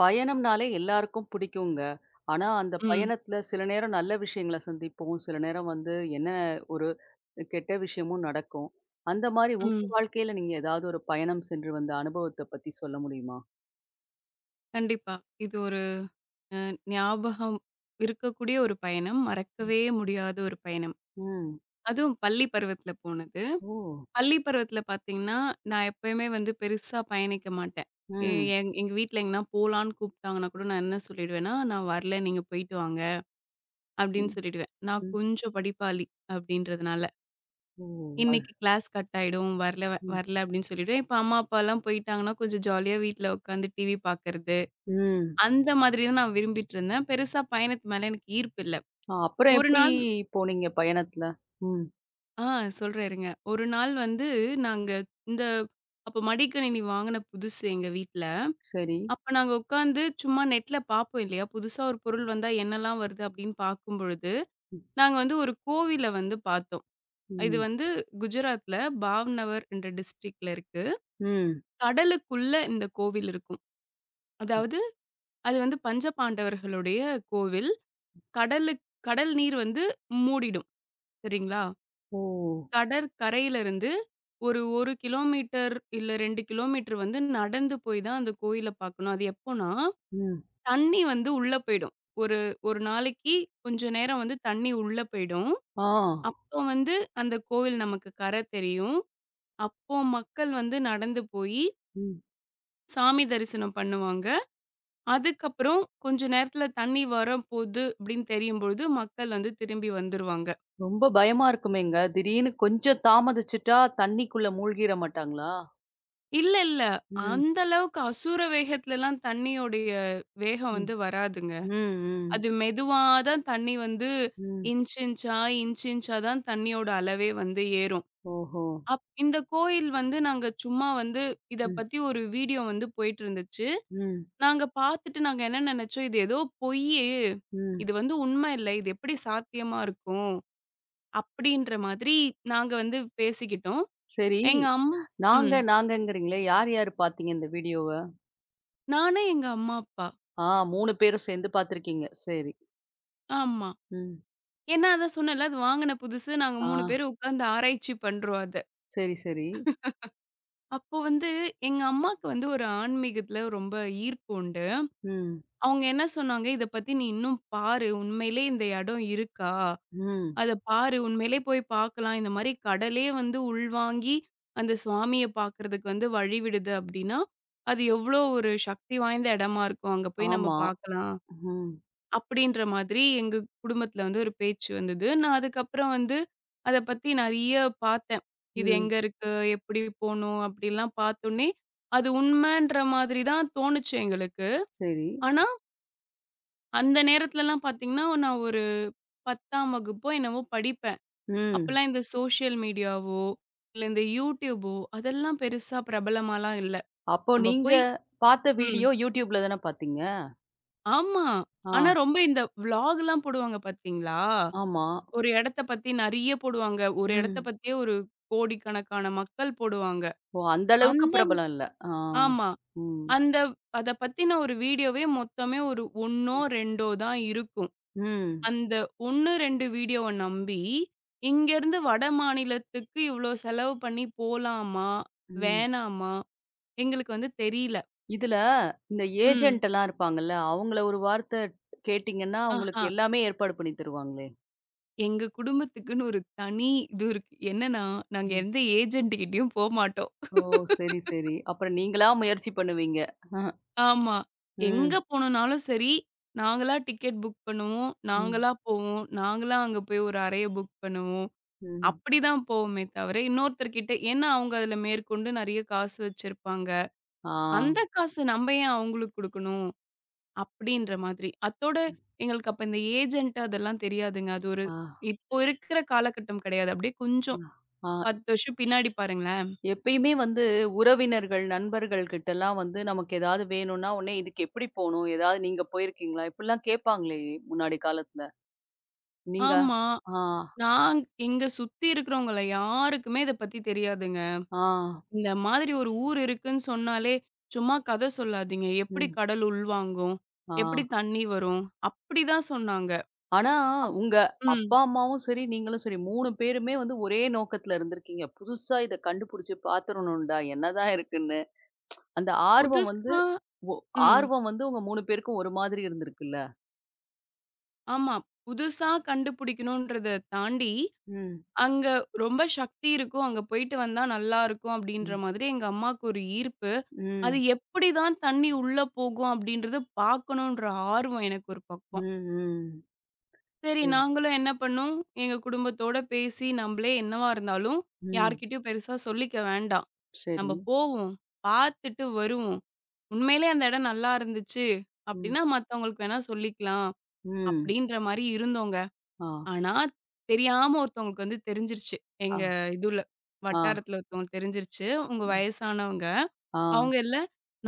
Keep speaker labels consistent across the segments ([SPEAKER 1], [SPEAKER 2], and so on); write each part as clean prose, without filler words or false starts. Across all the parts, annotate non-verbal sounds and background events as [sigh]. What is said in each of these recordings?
[SPEAKER 1] பயணம்னாலே எல்லாருக்கும் பிடிக்குங்க. ஆனா, அந்த ம்.
[SPEAKER 2] ம்,
[SPEAKER 1] பயணத்துல சில நேரம் நல்ல விஷயங்கள சந்திப்போம். சில நேரம் வந்து என்ன ஒரு கெட்ட விஷயமும் நடக்கும். அந்த மாரி உங்க
[SPEAKER 2] ம்.
[SPEAKER 1] வாழ்க்கையில நீங்க ஏதாவது ஒரு பயணம் சென்று வந்த அனுபவத்த பத்தி சொல்ல முடியுமா?
[SPEAKER 2] கண்டிப்பா. இது ஒரு அ ஞாபகம் இருக்கக்கூடிய ஒரு பயணம். மறக்கவே முடியாத ஒரு பயணம்.
[SPEAKER 1] ம்.
[SPEAKER 2] அதுவும் பள்ளி பருவத்தில போனது.
[SPEAKER 1] ஓ!
[SPEAKER 2] பள்ளி பருவத்தில பார்த்தீங்கன்னா, நான் எப்பயுமே வந்து பெருசா பயணிக்க மாட்டேன். எ
[SPEAKER 1] ம்.
[SPEAKER 2] எங் எங்க வீட்ல எங்கனா போலான்னு கூப்பிட்டாங்கன்னா கூட நான் என்ன சொல்லிடுவேன்னா, "நான் வரல. நீங்க போயிட்டு வாங்க." அப்படின்னு
[SPEAKER 1] ம்.
[SPEAKER 2] சொல்லிடுவேன். நான்
[SPEAKER 1] ம்.
[SPEAKER 2] கொஞ்சம் படிப்பாளி அப்படின்றதுனால.
[SPEAKER 1] ஓ! அது
[SPEAKER 2] "இன்னைக்கு கிளாஸ் கட் ஆயிடும். வரல
[SPEAKER 1] ம்.
[SPEAKER 2] வரல" அப்படின்னு சொல்லிடுவேன். இப்ப அம்மா, அப்பாலாம் போயிட்டாங்கன்னா, கொஞ்சம் ஜாலியா வீட்ல உட்காந்து டிவி பார்க்கறது.
[SPEAKER 1] ம்.
[SPEAKER 2] அந்த மாதிரி தான் நான் விரும்பிட்டுருந்தேன். பெருசா பயணத்து மேல எனக்கு ஈர்ப்பு இல்ல.
[SPEAKER 1] ஆ, அப்புறம்
[SPEAKER 2] ஒரு
[SPEAKER 1] எப்படி
[SPEAKER 2] நாள்
[SPEAKER 1] போனீங்க பயணத்துல? ம்.
[SPEAKER 2] ஆ சொல்றேன் இருங்க. ஒரு நாள் வந்து நாங்க இந்த அப்ப மடிக்கணினி வாங்குன புதுசு எங்க வீட்ல.
[SPEAKER 1] சரி.
[SPEAKER 2] அப்ப நாங்க உட்காந்து சும்மா நெட்ல பார்ப்போம் இல்லையா? புதுசா ஒரு பொருள் வந்தா என்னலாம் வருது அப்படின்னு பார்க்கும்பொழுது,
[SPEAKER 1] ம்.
[SPEAKER 2] நாங்க வந்து ஒரு கோவில வந்து பார்த்தோம். இது
[SPEAKER 1] ம்.
[SPEAKER 2] வந்து குஜராத்ல பாவ்நகர் என்ற டிஸ்ட்ரிக்ட்ல இருக்கு.
[SPEAKER 1] ம்.
[SPEAKER 2] கடலுக்குள்ள இந்த கோவில் இருக்கும். அதாவது அது வந்து பஞ்ச பாண்டவர்களுடைய கோவில். கடலு கடல் நீர் வந்து மூடிடும். சரிங்களா?
[SPEAKER 1] ஓ!
[SPEAKER 2] கடற்கரையிலருந்து ஒரு 1 கிலோமீட்டர் இல்ல 2 கிலோமீட்டர் வந்து நடந்து போய் தான் அந்த கோயில பார்க்கணும். அது எப்போனா,
[SPEAKER 1] ம்.
[SPEAKER 2] தண்ணி வந்து உள்ள போயிடும். ஒரு ஒரு நாளைக்கு கொஞ்ச நேரம் வந்து தண்ணி உள்ள போயிடும்.
[SPEAKER 1] ஆ.
[SPEAKER 2] அப்போ வந்து அந்த கோவில் நமக்கு கரை தெரியும். அப்போ மக்கள் வந்து நடந்து போயி
[SPEAKER 1] ம்.
[SPEAKER 2] சாமி தரிசனம் பண்ணுவாங்க. அதுக்கப்புறம் கொஞ்ச நேரத்தில தண்ணி வரப்போது அப்படின்னு தெரியும்பொழுது மக்கள் வந்து திரும்பி வந்துருவாங்க.
[SPEAKER 1] ரொம்ப பயமா இருக்குமேங்க. திடீர்னு கொஞ்சம் தாமதிச்சுட்டா தண்ணிக்குள்ள மூழ்கிற மாட்டாங்களா?
[SPEAKER 2] இல்ல, இல்ல.
[SPEAKER 1] ம்.
[SPEAKER 2] அந்த அளவுக்கு அசூர வேகத்துலலாம் தண்ணியோடைய வேகம்
[SPEAKER 1] ம்.
[SPEAKER 2] வந்து வராதுங்க.
[SPEAKER 1] ம். ம்.
[SPEAKER 2] அது மெதுவா தான் தண்ணி வந்து
[SPEAKER 1] ம்.
[SPEAKER 2] இன்ச், இன்ச்சா, இன்ச், இன்ச்சா தான் தண்ணியோட அளவே வந்து ஏறும்.
[SPEAKER 1] ஓஹோ!
[SPEAKER 2] இந்த கோயில் வந்து நாங்க சும்மா வந்து இத
[SPEAKER 1] ம்.
[SPEAKER 2] பத்தி ஒரு வீடியோ வந்து போயிட்டுருந்துச்சு.
[SPEAKER 1] ம்.
[SPEAKER 2] நாங்க பார்த்துட்டு நாங்க என்ன நெனச்சோம், இது ஏதோ பொய்யி,
[SPEAKER 1] ம்.
[SPEAKER 2] இது வந்து உண்மை இல்ல. இது எப்படி சாத்தியமா இருக்கும்? அப்படின்ற மாதிரி நாங்க வந்து பேசிக்கிட்டோம்.
[SPEAKER 1] சரி.
[SPEAKER 2] எங்க அம்மா ம்.
[SPEAKER 1] நாங்க நாங்கங்கிறீங்களே! யார் யார் பார்த்தீங்க இந்த வீடியோவ?
[SPEAKER 2] நானு, எங்க அம்மா, அப்பா.
[SPEAKER 1] ஆ, 3 பேரும் சேர்ந்து பார்த்துருக்கீங்க. சரி.
[SPEAKER 2] ஆமா.
[SPEAKER 1] ம்.
[SPEAKER 2] ஏன்னா, அதான் சொன்னேன்ல, அது வாங்குன புதுசு. நாங்க
[SPEAKER 1] ஆ.
[SPEAKER 2] 3 பேரு உட்கார்ந்து ஆராய்ச்சி பண்றோம் அத.
[SPEAKER 1] சரி, சரி.
[SPEAKER 2] அப்போ வந்து எங்க அம்மாக்கு வந்து ஒரு ஆன்மீகத்துல ரொம்ப ஈர்ப்பு உண்டு.
[SPEAKER 1] ம்.
[SPEAKER 2] அவங்க என்ன சொன்னாங்க, "இத பத்தி நீ இன்னும் பாரு. உண்மையிலே இந்த இடம் இருக்கா?
[SPEAKER 1] ம்.
[SPEAKER 2] அத பாரு. உண்மையிலேயே போய் பார்க்கலாம். இந்த மாரி கடலே வந்து உள்வாங்கி அந்த சுவாமிய பார்க்கறதுக்கு வந்து வழி விடுது அப்படின்னா, அது எவ்ளோ ஒரு சக்தி வாய்ந்த இடமா இருக்கும். அங்க போய் நம்ம
[SPEAKER 1] ஆமா.
[SPEAKER 2] பார்க்கலாம்."
[SPEAKER 1] ம்.
[SPEAKER 2] அப்படின்ற மாதிரி எங்க குடும்பத்துல வந்து ஒரு பேச்சு வந்தது. நான் அதுக்கப்புறம் வந்து அத பத்தி நெறைய பார்த்தேன். இது
[SPEAKER 1] ம்.
[SPEAKER 2] எங்க இருக்கு? எப்படி போணும்? அப்படிலாம் பார்த்தோனே, அது உண்மைன்ற மாதிரி தான் தோணுச்சு எங்களுக்கு.
[SPEAKER 1] சரி.
[SPEAKER 2] ஆனா, அந்த நேரத்துலலாம் பார்த்தீங்கன்னா, நான் ஒரு 10ஆம் வகுப்போ என்னவோ படிப்பேன்.
[SPEAKER 1] ம்.
[SPEAKER 2] அப்பலாம் இந்த சோசியல் மீடியாவோ, இல்ல இந்த YouTubeஓ அதெல்லாம் பெருசா பிரபலமாலாம் இல்ல.
[SPEAKER 1] அப்போ
[SPEAKER 2] நம்ம
[SPEAKER 1] நீங்க
[SPEAKER 2] போய்
[SPEAKER 1] பார்த்த
[SPEAKER 2] ம்.
[SPEAKER 1] வீடியோ YouTubeல தான பார்த்தீங்க?
[SPEAKER 2] ஆமா.
[SPEAKER 1] ஆ.
[SPEAKER 2] ஆனா ரொம்ப இந்த விளாக்லாம் போடுவாங்க பார்த்தீங்களா?
[SPEAKER 1] ஆமா.
[SPEAKER 2] ஒரு இடத்த பத்தி நெறைய போடுவாங்க. ஒரு இடத்த
[SPEAKER 1] ம்.
[SPEAKER 2] பத்தியே ஒரு கோடிக்கணக்கான மக்கள் போடுவாங்க.
[SPEAKER 1] ஓ! அந்த அளவுக்கு
[SPEAKER 2] அந்த
[SPEAKER 1] பிரபலம் இல்ல. ஆ.
[SPEAKER 2] ஆமா.
[SPEAKER 1] ம்.
[SPEAKER 2] அந்த அத பத்தின ஒரு வீடியோவே மொத்தமே ஒரு 1ஓ 2ஓ தான் இருக்கும்.
[SPEAKER 1] ம்.
[SPEAKER 2] அந்த 1, 2 வீடியோவ நம்பி, இங்கேருந்து வட மாநிலத்துக்கு இவ்ளோ செலவு பண்ணி போலாமா?
[SPEAKER 1] ம்.
[SPEAKER 2] வேணாமா? எங்களுக்கு வந்து தெரியல.
[SPEAKER 1] இதுல இந்த
[SPEAKER 2] ம்.
[SPEAKER 1] ஏஜென்ட் எல்லாம் இருப்பாங்கல்ல, அவங்கள ஒரு வார்த்தை கேட்டீங்கன்னா, உங்களுக்கு
[SPEAKER 2] ஆஹா.
[SPEAKER 1] எல்லாமே ஏற்பாடு பண்ணி தருவாங்களே!
[SPEAKER 2] எங்க குடும்பத்துக்குன்னு ஒரு தனி இது இருக்கு. என்னன்னா, நாங்க
[SPEAKER 1] ம்.
[SPEAKER 2] எந்த ஏஜென்ட் கிட்டயும் போமாட்டோம்.
[SPEAKER 1] ஓ! சரி, சரி. அப்புறம் நீங்களா முயற்சி பண்ணுவீங்க.
[SPEAKER 2] ஆமா. எங்க
[SPEAKER 1] ம்.
[SPEAKER 2] போணும்னாலும் சரி, நாங்களா டிக்கெட் புக் பண்ணுவோம்.
[SPEAKER 1] ம்.
[SPEAKER 2] நாங்களா போவோம். நாங்களா அங்க போய் ஒரு அறைய புக் பண்ணுவோம்.
[SPEAKER 1] ம்.
[SPEAKER 2] அப்படிதான் போவோமே தவிர, இன்னொருத்தர்கிட்ட ஏன்னா அவங்க அதுல மேற்கொண்டு நெறைய காசு வச்சிருப்பாங்க.
[SPEAKER 1] ஆ.
[SPEAKER 2] அந்த காசு நம்ம ஏன் அவங்களுக்கு குடுக்கணும்? அப்படின்ற மாதிரி. அத்தோட எங்களுக்கு அப்ப இந்த ஏஜென்ட் அதெல்லாம் தெரியாதுங்க. அது ஒரு
[SPEAKER 1] ஆ.
[SPEAKER 2] இப்போ இருக்கிற காலகட்டம் கிடையாது. அப்படியே கொஞ்சம்
[SPEAKER 1] ஆ.
[SPEAKER 2] 10 வருஷம் பின்னாடி பாருங்களேன்.
[SPEAKER 1] எப்பயுமே வந்து உறவினர்கள், நண்பர்கள் கிட்டலாம் வந்து நமக்கு ஏதாவது வேணும்னா, உடனே இதுக்கு எப்படி போணும்? ஏதாவது நீங்க போயிருக்கீங்களா? இப்படிலாம் கேட்பாங்களே முன்னாடி காலத்துல. நீங்க
[SPEAKER 2] ஆமா.
[SPEAKER 1] ஆ.
[SPEAKER 2] நாங் எங்க சுத்தி இருக்கிறவங்கள யாருக்குமே இத பத்தி தெரியாதுங்க.
[SPEAKER 1] ஆ.
[SPEAKER 2] இந்த மாதிரி ஒரு ஊர் இருக்குன்னு சொன்னாலே, சும்மா கத சொல்லாதீங்க. எப்படி
[SPEAKER 1] ம்.
[SPEAKER 2] கடல் உள்வாங்கும்?
[SPEAKER 1] ஆ.
[SPEAKER 2] எப்படி தண்ணி வரும்? அப்படிதான் சொன்னாங்க.
[SPEAKER 1] ஆனா, உங்க
[SPEAKER 2] ம்.
[SPEAKER 1] அப்பா, அம்மாவும் சரி, நீங்களும் சரி 3 பேருமே வந்து ஒரே நோக்கத்துல இருந்திருக்கீங்க. புதுசா இத கண்டுபிடிச்சு பாத்துரணும்டா, என்னதான் இருக்குன்னு. அந்த ஆர்வம் வந்து
[SPEAKER 2] புதுசா
[SPEAKER 1] ஒ
[SPEAKER 2] ம்.
[SPEAKER 1] ஆர்வம் வந்து உங்க 3 பேருக்கும் ஒரு மாதிரி இருந்திருக்குல்ல?
[SPEAKER 2] ஆமா. புதுசா கண்டுபிடிக்கணுன்றத தாண்டி,
[SPEAKER 1] ம்.
[SPEAKER 2] அங்க ரொம்ப சக்தி இருக்கும். அங்க போயிட்டு வந்தா நல்லாருக்கும் அப்படின்ற
[SPEAKER 1] ம்.
[SPEAKER 2] மாதிரி எங்க அம்மாவுக்கு ஒரு ஈர்ப்பு. அது
[SPEAKER 1] ம்.
[SPEAKER 2] எப்படிதான் தண்ணி உள்ள போகும் அப்படின்றத பார்க்கணுன்ற ஆர்வம் எனக்கு ஒரு
[SPEAKER 1] ம்.
[SPEAKER 2] பக்கம்.
[SPEAKER 1] ம்.
[SPEAKER 2] சரி,
[SPEAKER 1] சரி.
[SPEAKER 2] நாங்களும் என்ன பண்ணோம், எங்க குடும்பத்தோட பேசி நம்பளே என்னவா இருந்தாலும்
[SPEAKER 1] ம்.
[SPEAKER 2] யார்கிட்டயும் பெருசா சொல்லிக்க வேண்டாம்.
[SPEAKER 1] சரி.
[SPEAKER 2] நம்ப போவோம், பார்த்துட்டு வருவோம். உண்மையிலேயே அந்த இடம் நல்லா இருந்துச்சு
[SPEAKER 1] ம்.
[SPEAKER 2] அப்டின்னா, மத்தவங்களுக்கு வேணா சொல்லிக்கலாம்.
[SPEAKER 1] ம்.
[SPEAKER 2] அப்டின்ற மாரி இருந்தோங்க.
[SPEAKER 1] ஆ.
[SPEAKER 2] ஆனா, தெரியாம ஒருத்தவங்களுக்கு வந்து தெரிஞ்சிருச்சு.
[SPEAKER 1] ஆ.
[SPEAKER 2] எங்க இதுல
[SPEAKER 1] ஆ.
[SPEAKER 2] வட்டாரத்துல ஒருத்தவங்களுக்கு தெரிஞ்சிருச்சு. உங்க
[SPEAKER 1] ம்.
[SPEAKER 2] வயசானவங்க.
[SPEAKER 1] ஆ.
[SPEAKER 2] அவங்க இல்ல,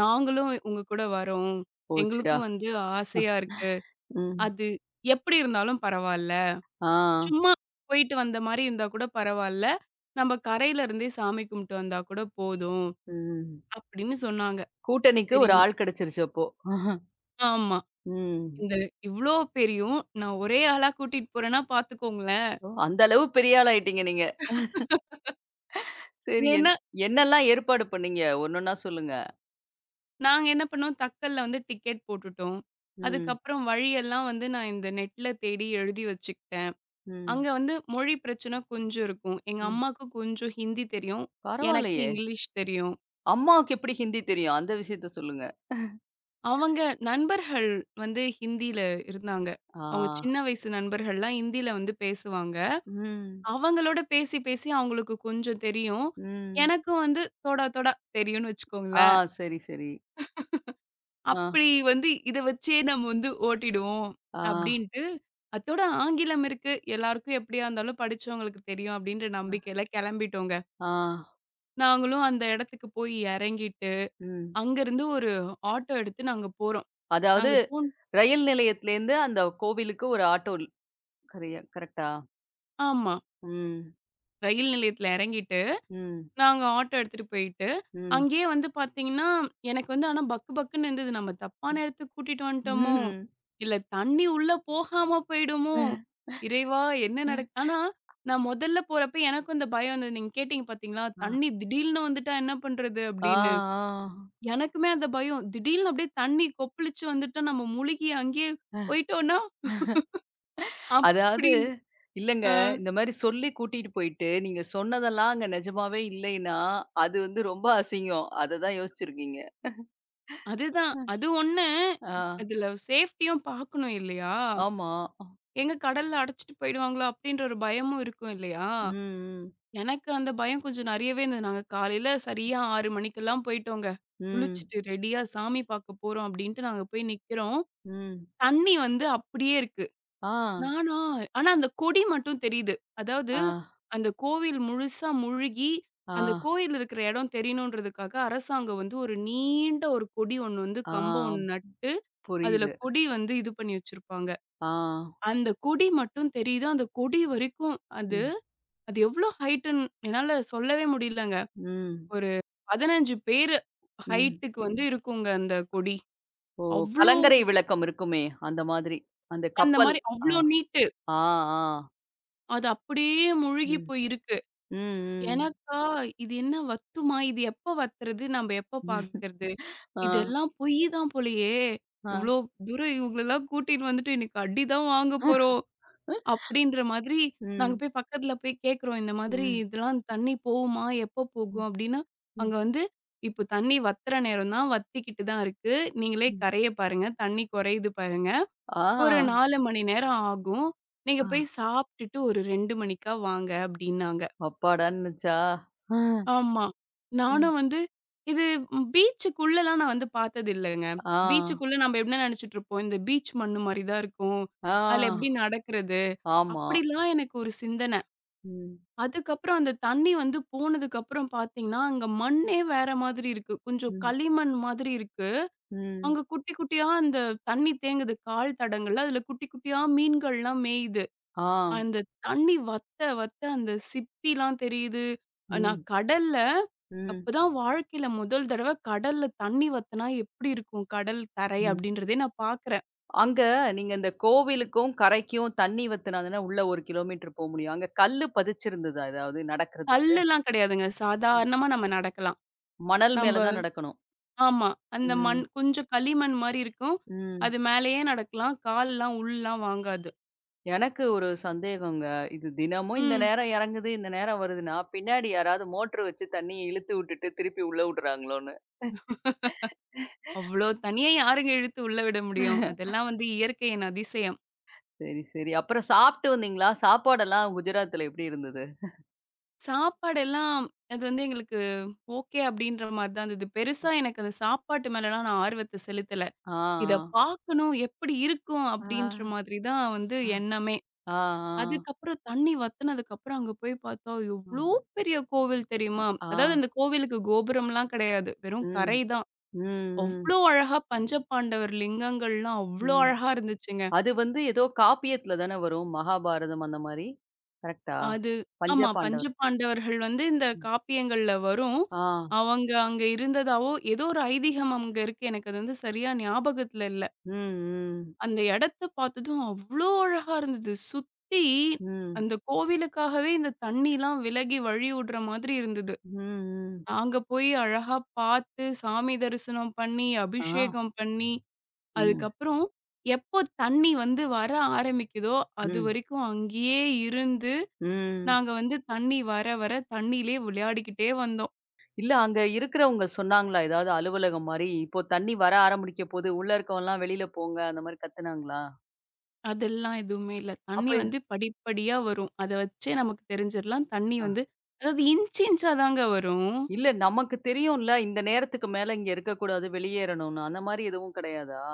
[SPEAKER 2] "நாங்களும் உங்க கூட வரோம்.
[SPEAKER 1] போச்சுடா.
[SPEAKER 2] எங்களுக்கும் வந்து ஆசையா இருக்கு."
[SPEAKER 1] ம்.
[SPEAKER 2] அது எப்டி இருந்தாலும் பரவால்ல.
[SPEAKER 1] ஆ.
[SPEAKER 2] சும்மா போயிட்டு வந்த மாரி இருந்தா கூட பரவால்ல. நம்ம கரையில இருந்தே சாமி கும்பிட்டு வந்தா கூட போதும்
[SPEAKER 1] ம்.
[SPEAKER 2] அப்படின்னு சொன்னாங்க.
[SPEAKER 1] கூட்டணிக்கு ஒரு
[SPEAKER 2] சரிங்க.
[SPEAKER 1] ஆள் கிடைச்சிருச்சு அப்போ. [laughs]
[SPEAKER 2] ஆமா.
[SPEAKER 1] ம்.
[SPEAKER 2] இந்த இவ்ளோ பேரையும் நான் ஒரே ஆளா கூட்டிட்டு போறேன்னா பார்த்துக்கோங்களேன்.
[SPEAKER 1] ஓ! அந்த அளவு பெரிய ஆளா ஆயிட்டீங்க நீங்க. சரி
[SPEAKER 2] ஏன்னா,
[SPEAKER 1] என்னெல்லாம் ஏற்பாடு பண்ணீங்க? ஒன்னொன்னா சொல்லுங்க.
[SPEAKER 2] நாங்க என்ன பண்ணோம் தக்கல்ல வந்து டிக்கெட் போட்டுட்டோம்.
[SPEAKER 1] ம்,
[SPEAKER 2] அதுக்கப்புறம் வழியெல்லாம் வந்து நான் இந்த நெட்ல தேடி எழுதி வச்சுக்கிட்டேன்.
[SPEAKER 1] ம்,
[SPEAKER 2] அங்க வந்து மொழி பிரச்சனை கொஞ்சம் இருக்கும். எங்க
[SPEAKER 1] ம்.
[SPEAKER 2] அம்மாவுக்கு கொஞ்சம் ஹிந்தி தெரியும். எனக்கு
[SPEAKER 1] பரவாயில்லையே!
[SPEAKER 2] இங்கிலீஷ் தெரியும்.
[SPEAKER 1] அம்மாவுக்கு எப்படி ஹிந்தி தெரியும்? அந்த விஷயத்த சொல்லுங்க.
[SPEAKER 2] அவங்க நண்பர்கள் வந்து ஹிந்தியில இருந்தாங்க.
[SPEAKER 1] ஆ.
[SPEAKER 2] அவங்க சின்ன வயசு நண்பர்கள்லாம் ஹிந்தியில வந்து பேசுவாங்க.
[SPEAKER 1] ம்,
[SPEAKER 2] அவங்களோட பேசி, பேசி அவங்களுக்கு கொஞ்சம் தெரியும்.
[SPEAKER 1] ம்.
[SPEAKER 2] எனக்கும் வந்து தோடா, தோடா தெரியும்னு
[SPEAKER 1] ஆ,
[SPEAKER 2] வச்சுக்கோங்களேன்.
[SPEAKER 1] சரி, சரி. ஆ,
[SPEAKER 2] அப்படி வந்து இத வச்சே நம்ம வந்து ஓட்டிடுவோம்
[SPEAKER 1] ஆ,
[SPEAKER 2] அப்படின்ட்டு, அத்தோட ஆங்கிலம் இருக்கு. எல்லாருக்கும் எப்படியா இருந்தாலும் படிச்சவங்களுக்கு தெரியும் அப்படின்ற
[SPEAKER 1] ஆ,
[SPEAKER 2] நம்பிக்கையில கெளம்பிட்டோங்க.
[SPEAKER 1] ஆ.
[SPEAKER 2] நாங்களும் அந்த இடத்துக்கு போய் எறங்கிட்டு,
[SPEAKER 1] ம்.
[SPEAKER 2] அங்கருந்து ஒரு ஆட்டோ எடுத்து நாங்க போறோம்.
[SPEAKER 1] அதாவது
[SPEAKER 2] நாங்க போன்
[SPEAKER 1] ரயில் நிலையத்திலேருந்து அந்த கோவிலுக்கு ஒரு ஆட்டோ கரைய கரெக்ட்டா?
[SPEAKER 2] ஆமா.
[SPEAKER 1] ம்,
[SPEAKER 2] ரயில் நிலையத்துல எறங்கிட்டு
[SPEAKER 1] ம்,
[SPEAKER 2] நாங்க ஆட்டோ எடுத்துட்டு போயிட்டு,
[SPEAKER 1] ம்,
[SPEAKER 2] அங்கேயே வந்து பார்த்தீங்கன்னா, எனக்கு வந்து ஆனா பக்கு பக்குன்னு இருந்தது. நம்ம தப்பான இடத்துக்கு கூட்டிட்டு வந்துட்டோமோ!
[SPEAKER 1] ம்.
[SPEAKER 2] இல்ல தண்ணி உள்ள போகாம போயிடுமோ!
[SPEAKER 1] ம்.
[SPEAKER 2] இறைவா! என்ன நடக் ஆனா நான் முதல்ல போறப்ப எனக்கும் அந்த பயம் இருந்தது. நீங்க கேட்டீங்க பார்த்தீங்களா? தண்ணி திடீல்னு வந்துட்டா என்ன பண்றது?
[SPEAKER 1] ஆ, ஆ,
[SPEAKER 2] அப்படின்னு.
[SPEAKER 1] ஆ.
[SPEAKER 2] எனக்குமே அந்த பயம். திடீல்னு அப்படியே தண்ணி கொப்பளிச்சு வந்துட்டா நம்ம முழுகி அங்கேயே போயிட்டோன்னா,
[SPEAKER 1] அதாவது
[SPEAKER 2] அப்படின்னு
[SPEAKER 1] இல்லங்க.
[SPEAKER 2] அ
[SPEAKER 1] இந்த மாரி சொல்லி கூட்டிட்டு போயிட்டு, நீங்க சொன்னதெல்லாம் அங்க நிஜமாவே இல்லைன்னா, அது வந்து ரொம்ப அசிங்கம். அததான் யோசிச்சிருக்கீங்க.
[SPEAKER 2] அதுதான். அது ஒண்ணு.
[SPEAKER 1] ஆ,
[SPEAKER 2] இதுல சேஃப்டியும் பார்க்கணும் இல்லையா?
[SPEAKER 1] ஆமா.
[SPEAKER 2] எங்க கடல்ல அடைச்சிட்டு போயிடுவாங்களோ அப்டின்ற ஒரு பயமும் இருக்கும் இல்லையா?
[SPEAKER 1] ம், ம்,
[SPEAKER 2] எனக்கு அந்த பயம் கொஞ்சம் நெறையவே இருந்தது. நாங்க காலையில சரியா 6 மணிக்கெல்லாம் போயிட்டோங்க.
[SPEAKER 1] ம்,
[SPEAKER 2] குளிச்சுட்டு ரெடியா சாமி பாக்க போறோம் அப்டின்ட்டு நாங்க போய் நிக்கிறோம்.
[SPEAKER 1] ம்.
[SPEAKER 2] தண்ணி வந்து அப்டியே இருக்கு.
[SPEAKER 1] ஆ,
[SPEAKER 2] நானா ஆனா அந்த கொடி மட்டும் தெரியுது. அதாவது
[SPEAKER 1] ஆ,
[SPEAKER 2] அந்த கோவில் முழுசா முழுகி,
[SPEAKER 1] ஆ,
[SPEAKER 2] அந்த கோயில் இருக்கிற இடம் தெரியணுன்றதுக்காக அரசாங்கம் வந்து ஒரு நீண்ட ஒரு கொடி ஒண்ணு வந்து
[SPEAKER 1] ஆ.
[SPEAKER 2] கம்பம் ஒண்ணு நட்டு, அதுல
[SPEAKER 1] புரியுது.
[SPEAKER 2] கொடி வந்து இது பண்ணி வச்சிருப்பாங்க.
[SPEAKER 1] ஆ.
[SPEAKER 2] அந்த கொடி மட்டும் தெரியுது. அந்த கொடி வரைக்கும் அது
[SPEAKER 1] ம்,
[SPEAKER 2] அது எவ்ளோ ஹைட்டுன்னு என்னால சொல்லவே முடியலங்க.
[SPEAKER 1] ம்,
[SPEAKER 2] ஒரு 15 பேரு
[SPEAKER 1] ம்.
[SPEAKER 2] ஹைட்டுக்கு வந்து இருக்குங்க அந்த கொடி.
[SPEAKER 1] ஓ!
[SPEAKER 2] அவ்ளோ
[SPEAKER 1] கலங்கரை விளக்கம் இருக்குமே, அந்த மாதிரி. அந்த
[SPEAKER 2] அந்த
[SPEAKER 1] கப்பல்.
[SPEAKER 2] மாரி
[SPEAKER 1] ஆ,
[SPEAKER 2] அவ்ளோ நீட்டு.
[SPEAKER 1] ஆ, ஆ.
[SPEAKER 2] அது அப்படியே முழுகி
[SPEAKER 1] ம்,
[SPEAKER 2] போயிருக்கு.
[SPEAKER 1] ம்,
[SPEAKER 2] எனக்கா இது என்ன வத்துமா? இது எப்ப வத்துறது? நம்ப எப்ப
[SPEAKER 1] ம்.
[SPEAKER 2] பாக்குறது?
[SPEAKER 1] ஆ,
[SPEAKER 2] இதெல்லாம் பொய் தான் போலயே!
[SPEAKER 1] ஆ.
[SPEAKER 2] இவ்ளோ தூரம் இவங்களலாம் கூட்டிட்டு வந்துட்டு இன்னைக்கு அடி தான் வாங்க போறோம்.
[SPEAKER 1] [laughs]
[SPEAKER 2] அப்படின்ற மாதிரி
[SPEAKER 1] ம்,
[SPEAKER 2] நாங்க
[SPEAKER 1] ம்,
[SPEAKER 2] போய் பக்கத்துல போய் கேட்குறோம். இந்த மாதிரி
[SPEAKER 1] ம்,
[SPEAKER 2] இதெல்லாம் தண்ணி போகுமா? எப்போ
[SPEAKER 1] ம்,
[SPEAKER 2] போகும்? அப்படின்னா, அங்க வந்து இப்போ தண்ணி வத்துற நேரம் தான், வத்திக்கிட்டு தான் இருக்கு. நீங்களே
[SPEAKER 1] ம்.
[SPEAKER 2] கரைய பாருங்க. தண்ணி குறையுது பாருங்க. ஒரு
[SPEAKER 1] ஆ.
[SPEAKER 2] 4 மணி நேரம் ஆகும். நீங்க
[SPEAKER 1] ஆ.
[SPEAKER 2] போய் சாப்பிட்டுட்டு ஒரு 2 மணிக்கா வாங்க அப்படின்னாங்க.
[SPEAKER 1] அப்பாடான்னுச்சா? ஆ.
[SPEAKER 2] ஆமா.
[SPEAKER 1] ம்.
[SPEAKER 2] நானும் வந்து இது பீச்சுக்குள்ளலாம் நான் வந்து பார்த்ததில்லங்க.
[SPEAKER 1] ஆ.
[SPEAKER 2] பீச்சுக்குள்ள நம்ம என்ன நினைச்சுட்டு இருப்போம்? இந்த பீச் மண்ணு மாரி தான் இருக்கும். அதுல எப்படி
[SPEAKER 1] ஆ.
[SPEAKER 2] நடக்கிறது?
[SPEAKER 1] ஆமா.
[SPEAKER 2] அப்படிலாம் எனக்கு ஒரு சிந்தன.
[SPEAKER 1] ம்.
[SPEAKER 2] அதுக்கப்புறம் அந்த தண்ணி வந்து போனதுக்கப்புறம் பார்த்தீங்கன்னா, அங்க மண்ணே வேற மாதிரி இருக்கு. கொஞ்சம்
[SPEAKER 1] ம்.
[SPEAKER 2] களிமண் மாதிரி இருக்கு.
[SPEAKER 1] ம்.
[SPEAKER 2] அங்க குட்டி குட்டியா அந்த தண்ணி தேங்குது கால் தடங்கள்ல. அதுல குட்டி குட்டியா மீன்கள்லாம் மேயுது.
[SPEAKER 1] ஆ.
[SPEAKER 2] அந்த தண்ணி வத்த வத்த அந்த சிப்பிலாம் தெரியுது. அ நான்
[SPEAKER 1] ம்.
[SPEAKER 2] கடல்ல
[SPEAKER 1] ம்.
[SPEAKER 2] அப்பதான் வாழ்க்கையில முதல் தடவ கடல்ல தண்ணி வத்துனா எப்படி இருக்கும் கடல் தரை
[SPEAKER 1] ம்.
[SPEAKER 2] அப்படின்றதே நான் பார்க்குறேன்.
[SPEAKER 1] அங்க நீங்க இந்த கோவிலுக்கும், கரைக்கும் தண்ணி வத்துனாங்கன்னா உள்ள 1 கிலோமீட்டர் போ முடியும். அங்க கல்லு பதிச்சிருந்ததா ஏதாவது நடக்கிறதுக்கு?
[SPEAKER 2] கல்லுலாம் கிடையாதுங்க. சாதாரணமா நம்ம நடக்கலாம்.
[SPEAKER 1] மணல்
[SPEAKER 2] நம்ப
[SPEAKER 1] மேல தான் நடக்கணும்.
[SPEAKER 2] ஆமா. அந்த மண்
[SPEAKER 1] ம்.
[SPEAKER 2] கொஞ்சம் களிமண் மாரி இருக்கும்.
[SPEAKER 1] ம்.
[SPEAKER 2] அது மேலேயே நடக்கலாம். கால்லாம் உள்ளலாம் வாங்காது.
[SPEAKER 1] எனக்கு ஒரு சந்தேகங்க. இது தினமும் இந்த
[SPEAKER 2] ம்.
[SPEAKER 1] நேரம் இறங்குது, இந்த நேரம் வருதுன்னா, பின்னாடி யாராவது மோட்டர் வச்சு தண்ணி இழுத்து விட்டுட்டு திருப்பி உள்ள விடுறாங்களோன்னு?
[SPEAKER 2] அவ்ளோ தண்ணிய யாருங்க இழுத்து உள்ள விட முடியும்? அதெல்லாம் வந்து இயற்கையின் அதிசயம்.
[SPEAKER 1] சரி, சரி. அப்புறம் சாப்பிட்டு வந்தீங்களா? சாப்பாடெல்லாம் குஜராத்ல எப்படி இருந்தது?
[SPEAKER 2] சாப்பாடெல்லாம் அது வந்து எங்களுக்கு ஓகே அப்டின்ற மாரி தான் இருந்தது. பெருசா எனக்கு அந்த சாப்பாட்டு மேலலாம் நான் ஆர்வத்த செலுத்தல.
[SPEAKER 1] ஆ,
[SPEAKER 2] இத பார்க்கணும், எப்படி இருக்கும்
[SPEAKER 1] ஆ.
[SPEAKER 2] அப்டின்ற மாதிரி தான் வந்து
[SPEAKER 1] ஆ,
[SPEAKER 2] எண்ணமே.
[SPEAKER 1] ஆ. ஆ, ஆ.
[SPEAKER 2] அதுக்கப்புறம் தண்ணி வத்துனதுக்கப்புறம் அங்க போய் பார்த்தா,
[SPEAKER 1] ம்,
[SPEAKER 2] எவ்ளோ பெரிய கோவில் தெரியுமா?
[SPEAKER 1] ஆ.
[SPEAKER 2] அதாவது அந்த கோவிலுக்கு கோபுரம்லாம் கிடையாது. வெறும்
[SPEAKER 1] ம்.
[SPEAKER 2] கரை தான்.
[SPEAKER 1] ம், ம்,
[SPEAKER 2] அவ்ளோ அழகா பஞ்சபாண்டவர் லிங்கங்கள்லாம் அவ்ளோ
[SPEAKER 1] ம்.
[SPEAKER 2] அழகா இருந்துச்சுங்க.
[SPEAKER 1] அது வந்து ஏதோ காப்பியத்துல தானே வரும். மகாபாரதம் அந்த மாரி. கரெக்ட்டா?
[SPEAKER 2] அது
[SPEAKER 1] பஞ்ச
[SPEAKER 2] ஆமா.
[SPEAKER 1] பாண்டவர்.
[SPEAKER 2] பஞ்சபாண்டவர்கள் வந்து இந்த
[SPEAKER 1] ம்.
[SPEAKER 2] காப்பியங்கள்ல வரும்.
[SPEAKER 1] ஆ.
[SPEAKER 2] அவங்க அங்க இருந்ததாவோ, ஏதோ ஒரு ஐதீகம் அங்க இருக்கு. எனக்கு அது வந்து சரியா ஞாபகத்துல இல்ல.
[SPEAKER 1] ம், ம்.
[SPEAKER 2] அந்த இடத்த பார்த்ததும் அவ்ளோ அழகா இருந்தது. சுத்தி
[SPEAKER 1] ம்.
[SPEAKER 2] அந்த கோவிலுக்காகவே இந்த தண்ணிலாம் விலகி வழி விடுற மாதிரி இருந்தது.
[SPEAKER 1] ம், ம்.
[SPEAKER 2] நாங்க போய் அழகா பார்த்து, சாமி தரிசனம் பண்ணி,
[SPEAKER 1] ஆ.
[SPEAKER 2] அபிஷேகம் பண்ணி
[SPEAKER 1] ம்.
[SPEAKER 2] அதுக்கப்புறம் எப்போ தண்ணி வந்து வர ஆரம்பிக்குதோ,
[SPEAKER 1] ம்.
[SPEAKER 2] அதுவரைக்கும் அங்கேயே இருந்து,
[SPEAKER 1] ம்.
[SPEAKER 2] நாங்க வந்து தண்ணி வர, வர தண்ணியிலே விளையாடிக்கிட்டே வந்தோம்.
[SPEAKER 1] இல்ல அங்க இருக்கிறவங்க சொன்னாங்களா? ஏதாவது அலுவலகம் மாரி, இப்போ தண்ணி வர ஆரம்பிக்க போது, உள்ள இருக்கவன்லாம் வெளியில போங்க அந்த மாரி கத்துனாங்களா?
[SPEAKER 2] அதெல்லாம் எதுவுமே இல்ல. தண்ணி
[SPEAKER 1] அப்ப
[SPEAKER 2] வந்து படிப்படியா வரும். அத வச்சே நமக்கு தெரிஞ்சிரலாம். தண்ணி
[SPEAKER 1] அ.
[SPEAKER 2] வந்து அதாவது இன்ச் இன்ச்சா தாங்க வரும்.
[SPEAKER 1] இல்ல நமக்கு தெரியும்ல, இந்த நேரத்துக்கு மேல இங்க இருக்கக்கூடாது, வெளியேறணும்னு. அந்த மாரி எதுவும் கிடையாதா?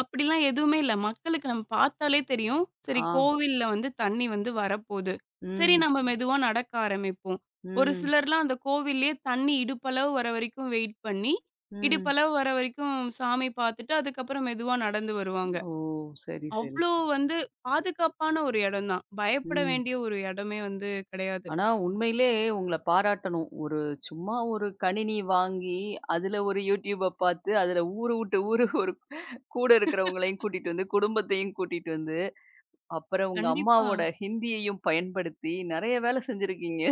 [SPEAKER 2] அப்படிலாம் எதுவுமே இல்ல. மக்களுக்கு நம்ம பார்த்தாலே தெரியும். சரி
[SPEAKER 1] ஆ.
[SPEAKER 2] கோவில்ல வந்து தண்ணி வந்து வரப்போது. சரி
[SPEAKER 1] ம்.
[SPEAKER 2] நம்ம மெதுவா நடக்க ஆரம்பிப்போம். ஒரு
[SPEAKER 1] ம்.
[SPEAKER 2] சிலர்லாம் அந்த கோவில்லயே தண்ணி இடுப்பளவு வர வரைக்கும் வெயிட் பண்ணி,
[SPEAKER 1] ம்.
[SPEAKER 2] இடுப்பளவு வர வரைக்கும் சாமி பார்த்துட்டு, அதுக்கப்புறம் மெதுவா நடந்து வருவாங்க.
[SPEAKER 1] ஓ! சரி, சரி.
[SPEAKER 2] அவ்ளோ வந்து பாதுகாப்பான ஒரு இடம் தான். பயப்பட
[SPEAKER 1] ம்.
[SPEAKER 2] வேண்டிய ஒரு இடமே வந்து கிடையாது.
[SPEAKER 1] ஆனா உண்மையிலே உங்கள பாராட்டணும். ஒரு சும்மா ஒரு கணினி வாங்கி, அதுல ஒரு YouTubeப பார்த்து, அதுல ஊரு விட்டு ஊரு ஒரு கூட இருக்கிறவங்களையும் கூட்டிட்டு வந்து, குடும்பத்தையும் கூட்டிட்டு வந்து, அப்புறம் உங்க
[SPEAKER 2] கண்டிப்பா.
[SPEAKER 1] அம்மாவோட ஹிந்தியையும் பயன்படுத்தி, நெறைய வேலை செஞ்சிருக்கீங்க.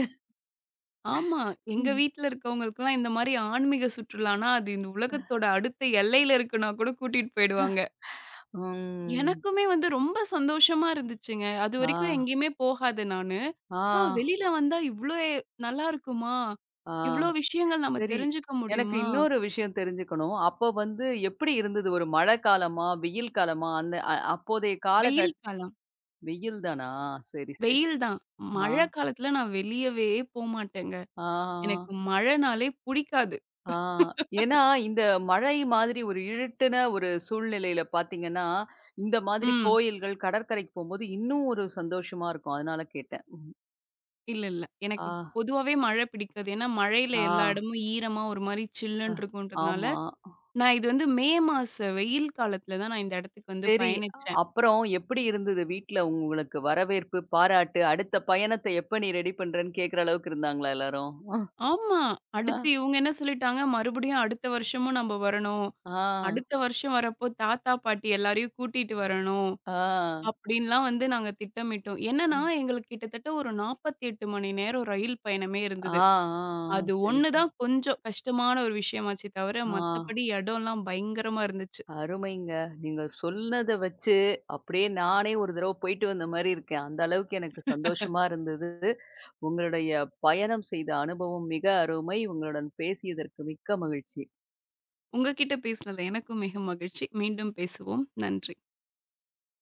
[SPEAKER 2] ஆமா. எங்க
[SPEAKER 1] ம்.
[SPEAKER 2] வீட்ல இருக்கவங்களுக்கெல்லாம் இந்த மாரி ஆன்மீக சுற்றுலானா, அது இந்த உலகத்தோட அடுத்த எல்லையில இருக்குன்னா கூட கூட்டிட்டு போயிடுவாங்க.
[SPEAKER 1] ம்.
[SPEAKER 2] எனக்குமே வந்து ரொம்ப சந்தோஷமா இருந்துச்சுங்க.
[SPEAKER 1] ஆ.
[SPEAKER 2] அதுவரைக்கும் எங்கேயுமே போகாத நானு. ஓ!
[SPEAKER 1] ஆ.
[SPEAKER 2] வெளியில வந்தா இவ்ளோ நல்லா இருக்குமா?
[SPEAKER 1] ஆ.
[SPEAKER 2] இவ்ளோ விஷயங்கள் நம்ம
[SPEAKER 1] சரி.
[SPEAKER 2] தெரிஞ்சுக்க
[SPEAKER 1] எனக்கு
[SPEAKER 2] முடியுமா?
[SPEAKER 1] இன்னொரு விஷயம் தெரிஞ்சுக்கணும். அப்போ வந்து எப்படி இருந்தது? ஒரு மழை காலமா? வெயில் காலமா? அந்த அ அப்போதைய
[SPEAKER 2] வெயில்
[SPEAKER 1] காலகட்
[SPEAKER 2] காலம்.
[SPEAKER 1] வெயில் தானா? சரி, சரி.
[SPEAKER 2] வெயில் தான்.
[SPEAKER 1] ஆ,
[SPEAKER 2] மழை காலத்துல நான் வெளியவே போமாட்டேங்க. எனக்கு
[SPEAKER 1] ஆ,
[SPEAKER 2] மழைனாலே புடிக்காது.
[SPEAKER 1] ஆ. ஏன்னா, இந்த மழை மாதிரி ஒரு இருட்டுன ஒரு சூழ்நிலையில பார்த்தீங்கன்னா, இந்த மாதிரி
[SPEAKER 2] ம்.
[SPEAKER 1] கோயில்கள், கடற்கரைக்கு போம்போது இன்னும் ஒரு சந்தோஷமா இருக்கும். அதனால கேட்டேன். ம்.
[SPEAKER 2] இல்ல, இல்ல.
[SPEAKER 1] ஆ,
[SPEAKER 2] எனக்கு பொதுவாவே மழை பிடிக்காது. ஏன்னா, மழையில
[SPEAKER 1] ஆ,
[SPEAKER 2] எல்லா இடமும் ஈரமா ஒரு மாரி
[SPEAKER 1] அ.
[SPEAKER 2] சில்லுன்னு இருக்குன்றதுனால,
[SPEAKER 1] ஆமா.
[SPEAKER 2] நான் இது வந்து மே மாச வெயில் காலத்துல தான் நான் இந்த இடத்துக்கு வந்து
[SPEAKER 1] சரி.
[SPEAKER 2] பயணிச்சேன்.
[SPEAKER 1] அப்புறம் எப்படி இருந்தது வீட்ல உங்களுக்கு வரவேற்பு, பாராட்டு, அடுத்த பயணத்த எப்ப நீ ரெடி பண்றன்னு கேட்கிற அளவுக்கு இருந்தாங்களா எல்லாரும்?
[SPEAKER 2] ஆமா.
[SPEAKER 1] ஆ,
[SPEAKER 2] அடுத்து இவுங்க என்ன சொல்லிட்டாங்க, மறுபடியும் அடுத்த வருஷமும் நம்ப வரணும்.
[SPEAKER 1] ஆ,
[SPEAKER 2] அடுத்த வருஷம் வரப்போ தாத்தா, பாட்டி எல்லாரையும் கூட்டிட்டு வரணும்.
[SPEAKER 1] ஆ,
[SPEAKER 2] அப்டின்லாம் வந்து நாங்க திட்டமிட்டோம். என்னன்னா, எங்களுக்கு கிட்டத்தட்ட ஒரு 48 மணி நேரம் ரயில் பயணமே
[SPEAKER 1] ஆ,
[SPEAKER 2] இருந்தது.
[SPEAKER 1] ஆ,
[SPEAKER 2] அது
[SPEAKER 1] சரி,
[SPEAKER 2] ஒண்ணு
[SPEAKER 1] சரி.
[SPEAKER 2] தான் கொஞ்சம் கஷ்டமான ஒரு விஷயமாச்சே தவிர,
[SPEAKER 1] ஆ,
[SPEAKER 2] மத்தபடி இடம்லாம் பயங்கரமா இருந்துச்சு.
[SPEAKER 1] அருமைங்க. நீங்க சொன்னத வச்சு அப்படியே நானே ஒரு தடவ போயிட்டு வந்த மாரி இருக்கேன். அந்த அளவுக்கு எனக்கு சந்தோஷமா இருந்தது. உங்களுடைய பயணம் செய்த அனுபவம் மிக அருமை. உங்களுடன் பேசியதற்கு மிக்க மகிழ்ச்சி.
[SPEAKER 2] உங்க கிட்ட பேசுனது எனக்கும் மிக மகிழ்ச்சி. மீண்டும் பேசுவோம். நன்றி.